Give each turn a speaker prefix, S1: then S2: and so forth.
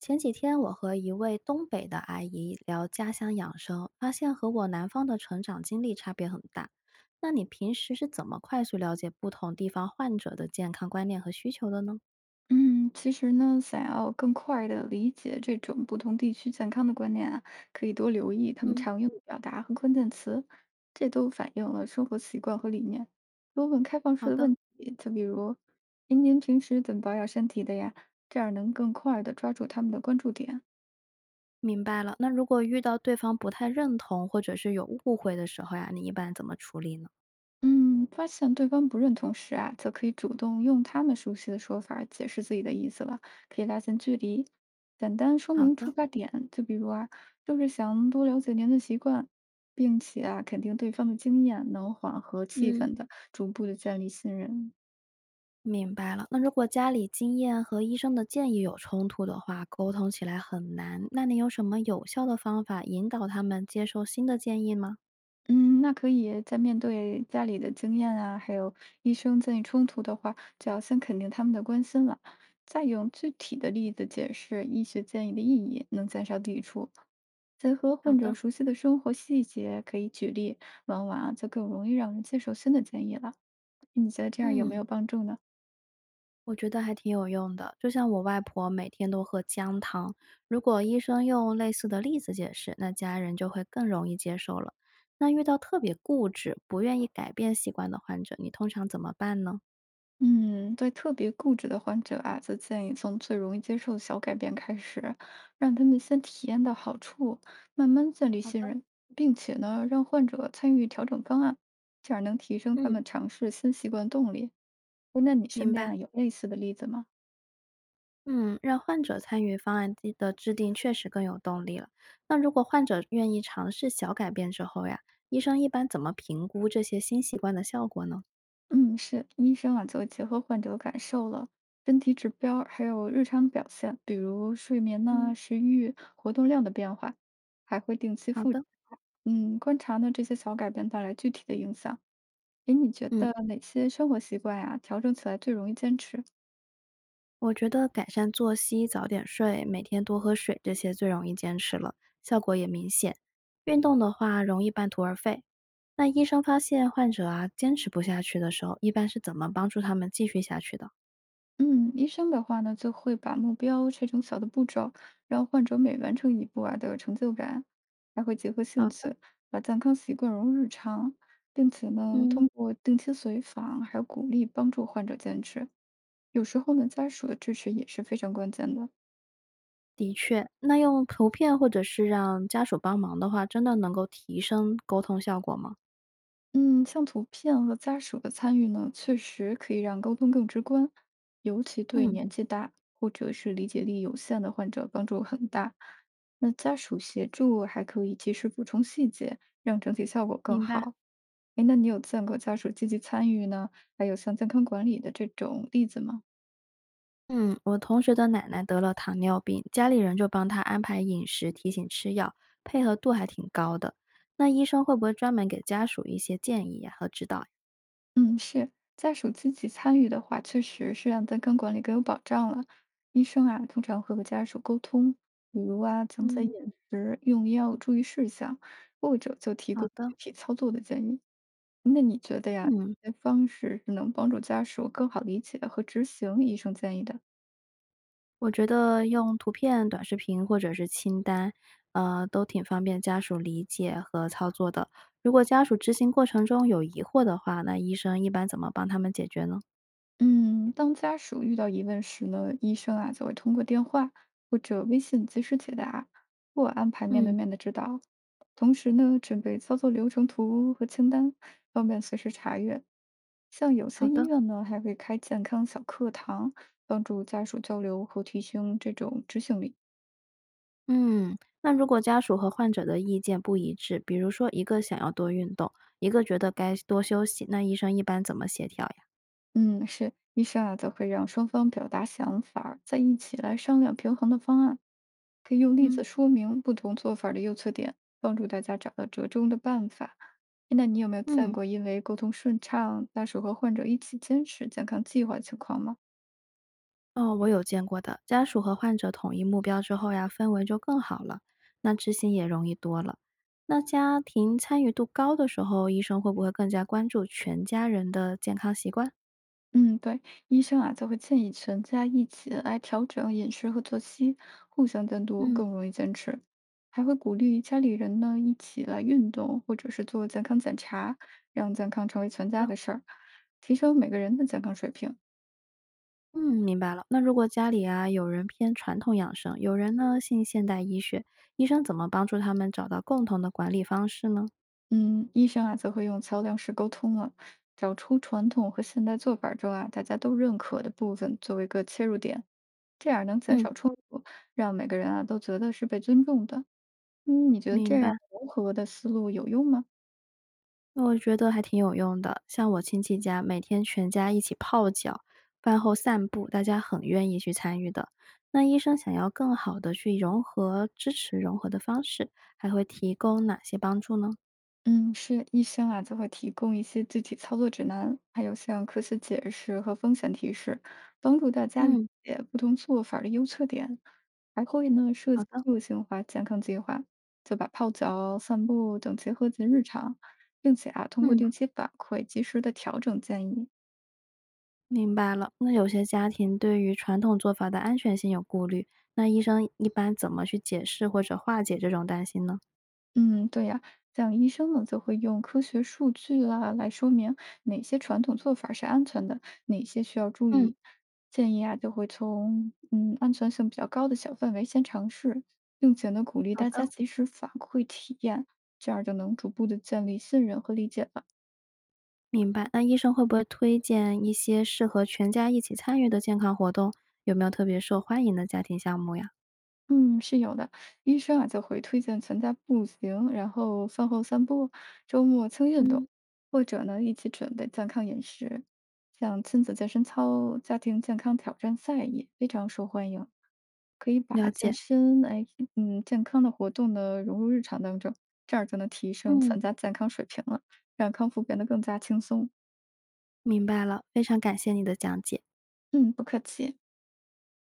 S1: 前几天我和一位东北的阿姨聊家乡养生，发现和我南方的成长经历差别很大。那你平时是怎么快速了解不同地方患者的健康观念和需求的呢？
S2: 嗯，其实呢，想要更快的理解这种不同地区健康的观念啊，可以多留意他们
S1: 嗯，
S2: 常用的表达和关键词，这都反映了生活习惯和理念。多问开放
S1: 好
S2: 式的
S1: 的。
S2: 问题，就比如，哎，您平时怎么保养身体的呀？这样能更快的抓住他们的关注点。
S1: 明白了。那如果遇到对方不太认同或者是有误会的时候呀，你一般怎么处理呢？
S2: 嗯，发现对方不认同时啊，则可以主动用他们熟悉的说法儿解释自己的意思了，可以拉近距离，简单说
S1: 好
S2: 明出
S1: 的，
S2: 发点。就比如啊，就是想多了解您的习惯，并且啊，肯定对方的经验，能缓和气
S1: 嗯
S2: 氛的，逐步的建立信任。
S1: 明白了。那如果家里经验和医生的建议有冲突的话，沟通起来很难。那你有什么有效的方法引导他们接受新的建议吗？
S2: 嗯，那可以在面对家里的经验啊，还有医生建议冲突的话，就要先肯定他们的关心了，再用具体的例子解释医学建议的意义，能减少抵触。结合
S1: 好
S2: 患者
S1: 的，
S2: 熟悉的生活细节，可以举例，往往啊就更容易让人接受新的建议了。你觉得这样有没
S1: 嗯，
S2: 有帮助呢？
S1: 我觉得还挺有用的。就像我外婆每天都喝姜汤，如果医生用类似的例子解释，那家人就会更容易接受了。那遇到特别固执、不愿意改变习惯的患者，你通常怎么办呢？
S2: 嗯，对特别固执的患者啊，则建议从最容易接受的小改变开始，让他们先体验到好处，慢慢建立
S1: 好
S2: 信
S1: 的，
S2: 任，并且呢，让患者参与调整方案，这样能提升他
S1: 嗯，
S2: 们尝试新习惯动力。诶那你身
S1: 明
S2: 边
S1: 白。
S2: 啊有类似的例子吗？
S1: 嗯，让患者参与方案制的制定确实更有动力了。那如果患者愿意尝试小改变之后呀，医生一般怎么评估这些新习惯的效果呢？
S2: 嗯，是，医生啊，就会结合患者的感受了。身体指标儿还有日常表现，比如睡眠呐、
S1: 嗯，
S2: 食欲、活动量的变化，还会定期
S1: 好
S2: 复，
S1: 的，
S2: 嗯，观察呢这些小改变带来具体的影响。诶，你觉
S1: 嗯。
S2: 得哪些生活习惯呀，调整起来最容易坚持？
S1: 我觉得改善作息、早点睡、每天多喝水这些最容易坚持了，效果也明显。运动的话容易半途而废。那医生发现患者啊坚持不下去的时候，一般是怎么帮助他们继续下去的？
S2: 嗯，医生的话呢，就会把目标拆成小的步骤，让患者每完成一步啊都有成就感，还会结合兴
S1: 好的，
S2: 趣，把健康习惯融入日常，并且呢，
S1: 嗯，
S2: 通过定期随访还有鼓励，帮助患者坚持。有时候呢，家属的支持也是非常关键的。
S1: 的确，那用图片或者是让家属帮忙的话，真的能够提升沟通效果吗？
S2: 嗯，像图片和家属的参与呢，确实可以让沟通更直观，尤其对
S1: 嗯，
S2: 年纪大或者是理解力有限的患者帮助很大。那家属协助还可以及时补充细节，让整体效果更
S1: 明白。
S2: 好。哎，那你有见过家属积极参与呢？还有像健康管理的这种例子吗？
S1: 嗯，我同学的奶奶得了糖尿病，家里人就帮她安排饮食，提醒吃药，配合度还挺高的。那医生会不会专门给家属一些建议呀和指导呀
S2: 嗯，是家属积极参与的话，确实是让健康管理更有保障了。医生啊，通常会和家属沟通，比如啊，讲解
S1: 嗯，
S2: 饮食、用药注意事项，或者就提
S1: 好
S2: 供
S1: 的，
S2: 具体操作的建议。那你觉得呀，
S1: 嗯，
S2: 这些方式是能帮助家属更好理解和执行医生建议的？
S1: 我觉得用图片、短视频或者是清单，都挺方便家属理解和操作的。如果家属执行过程中有疑惑的话，那医生一般怎么帮他们解决呢？
S2: 嗯，当家属遇到疑问时呢，医生啊就会通过电话或者微信及时解答，或安排面对
S1: 嗯，
S2: 面的指导。同时呢，准备操作流程图和清单，方便随时查阅。像有些
S1: 好
S2: 医
S1: 的。
S2: 院呢，还会开健康小课堂，帮助家属交流和提升这种执行力。
S1: 嗯，那如果家属和患者的意见不一致，比如说一个想要多运动，一个觉得该多休息，那医生一般怎么协调呀？
S2: 嗯，是，医生啊，则会让双方表达想法儿，再一起来商量平衡的方案，可以用例子
S1: 嗯，
S2: 说明不同做法儿的优缺点，帮助大家找到折中的办法。诶那你有没有见
S1: 嗯，
S2: 过因为沟通顺畅，但是和患者一起坚持健康计划的情况吗？
S1: 哦，我有见过的，家属和患者统一目标之后呀，氛围就更好了，那执行也容易多了。那家庭参与度高的时候，医生会不会更加关注全家人的健康习惯？
S2: 嗯，对，医生啊，则会建议全家一起来调整饮食和作息，互相监督
S1: 嗯。
S2: 更容易坚持，还会鼓励家里人呢一起来运动，或者是做健康检查，让健康成为全家的事儿，提升每个人的健康水平。
S1: 嗯，明白了。那如果家里啊有人偏传统养生，有人呢信现代医学，医生怎么帮助他们找到共同的管理方式呢？
S2: 嗯，医生啊，则会用桥梁式沟通了，找出传统和现代做法中啊大家都认可的部分作为一个切入点，这样能减
S1: 嗯，
S2: 少冲突，让每个人啊都觉得是被尊重的。嗯，你觉得
S1: 明
S2: 这样
S1: 白，
S2: 融合的思路有用吗？
S1: 那我觉得还挺有用的。像我亲戚家，每天全家一起泡脚，饭后散步，大家很愿意去参与的。那医生想要更好的去融合、支持融合的方式，还会提供哪些帮助呢？
S2: 嗯，是医生啊，就会提供一些具体操作指南，还有像科学解释和风险提示，帮助大家理
S1: 嗯，
S2: 解不同做法儿的优缺点。还会呢设
S1: 好
S2: 计
S1: 的，
S2: 个性化健康计划，就把泡脚、散步等结合进日常，并且啊通过
S1: 嗯。
S2: 定期反馈，及时的调整建议。
S1: 明白了，那有些家庭对于传统做法的安全性有顾虑，那医生一般怎么去解释或者化解这种担心呢？
S2: 嗯，对呀，像医生呢，就会用科学数据啦来说明哪些传统做法是安全的，哪些需要注
S1: 嗯，
S2: 意。建议啊，就会从安全性比较高的小范围先尝试，并且呢，鼓励
S1: 好
S2: 大
S1: 的，
S2: 家及时反馈体验，这样就能逐步的建立信任和理解了。
S1: 明白。那医生会不会推荐一些适合全家一起参与的健康活动？有没有特别受欢迎的家庭项目呀？
S2: 嗯，是有的。医生啊，就会推荐全家步行，然后饭后散步，周末轻运动，
S1: 嗯，
S2: 或者呢一起准备健康饮食，像亲子健身操、家庭健康挑战赛也非常受欢迎。可以把
S1: 了
S2: 健
S1: 解，
S2: 身，哎，嗯，健康的活动呢融入日常当中，这样就能提升
S1: 嗯，
S2: 全家健康水平了，让康复变得更加轻松。
S1: 明白了，非常感谢你的讲解。
S2: 嗯，不客气。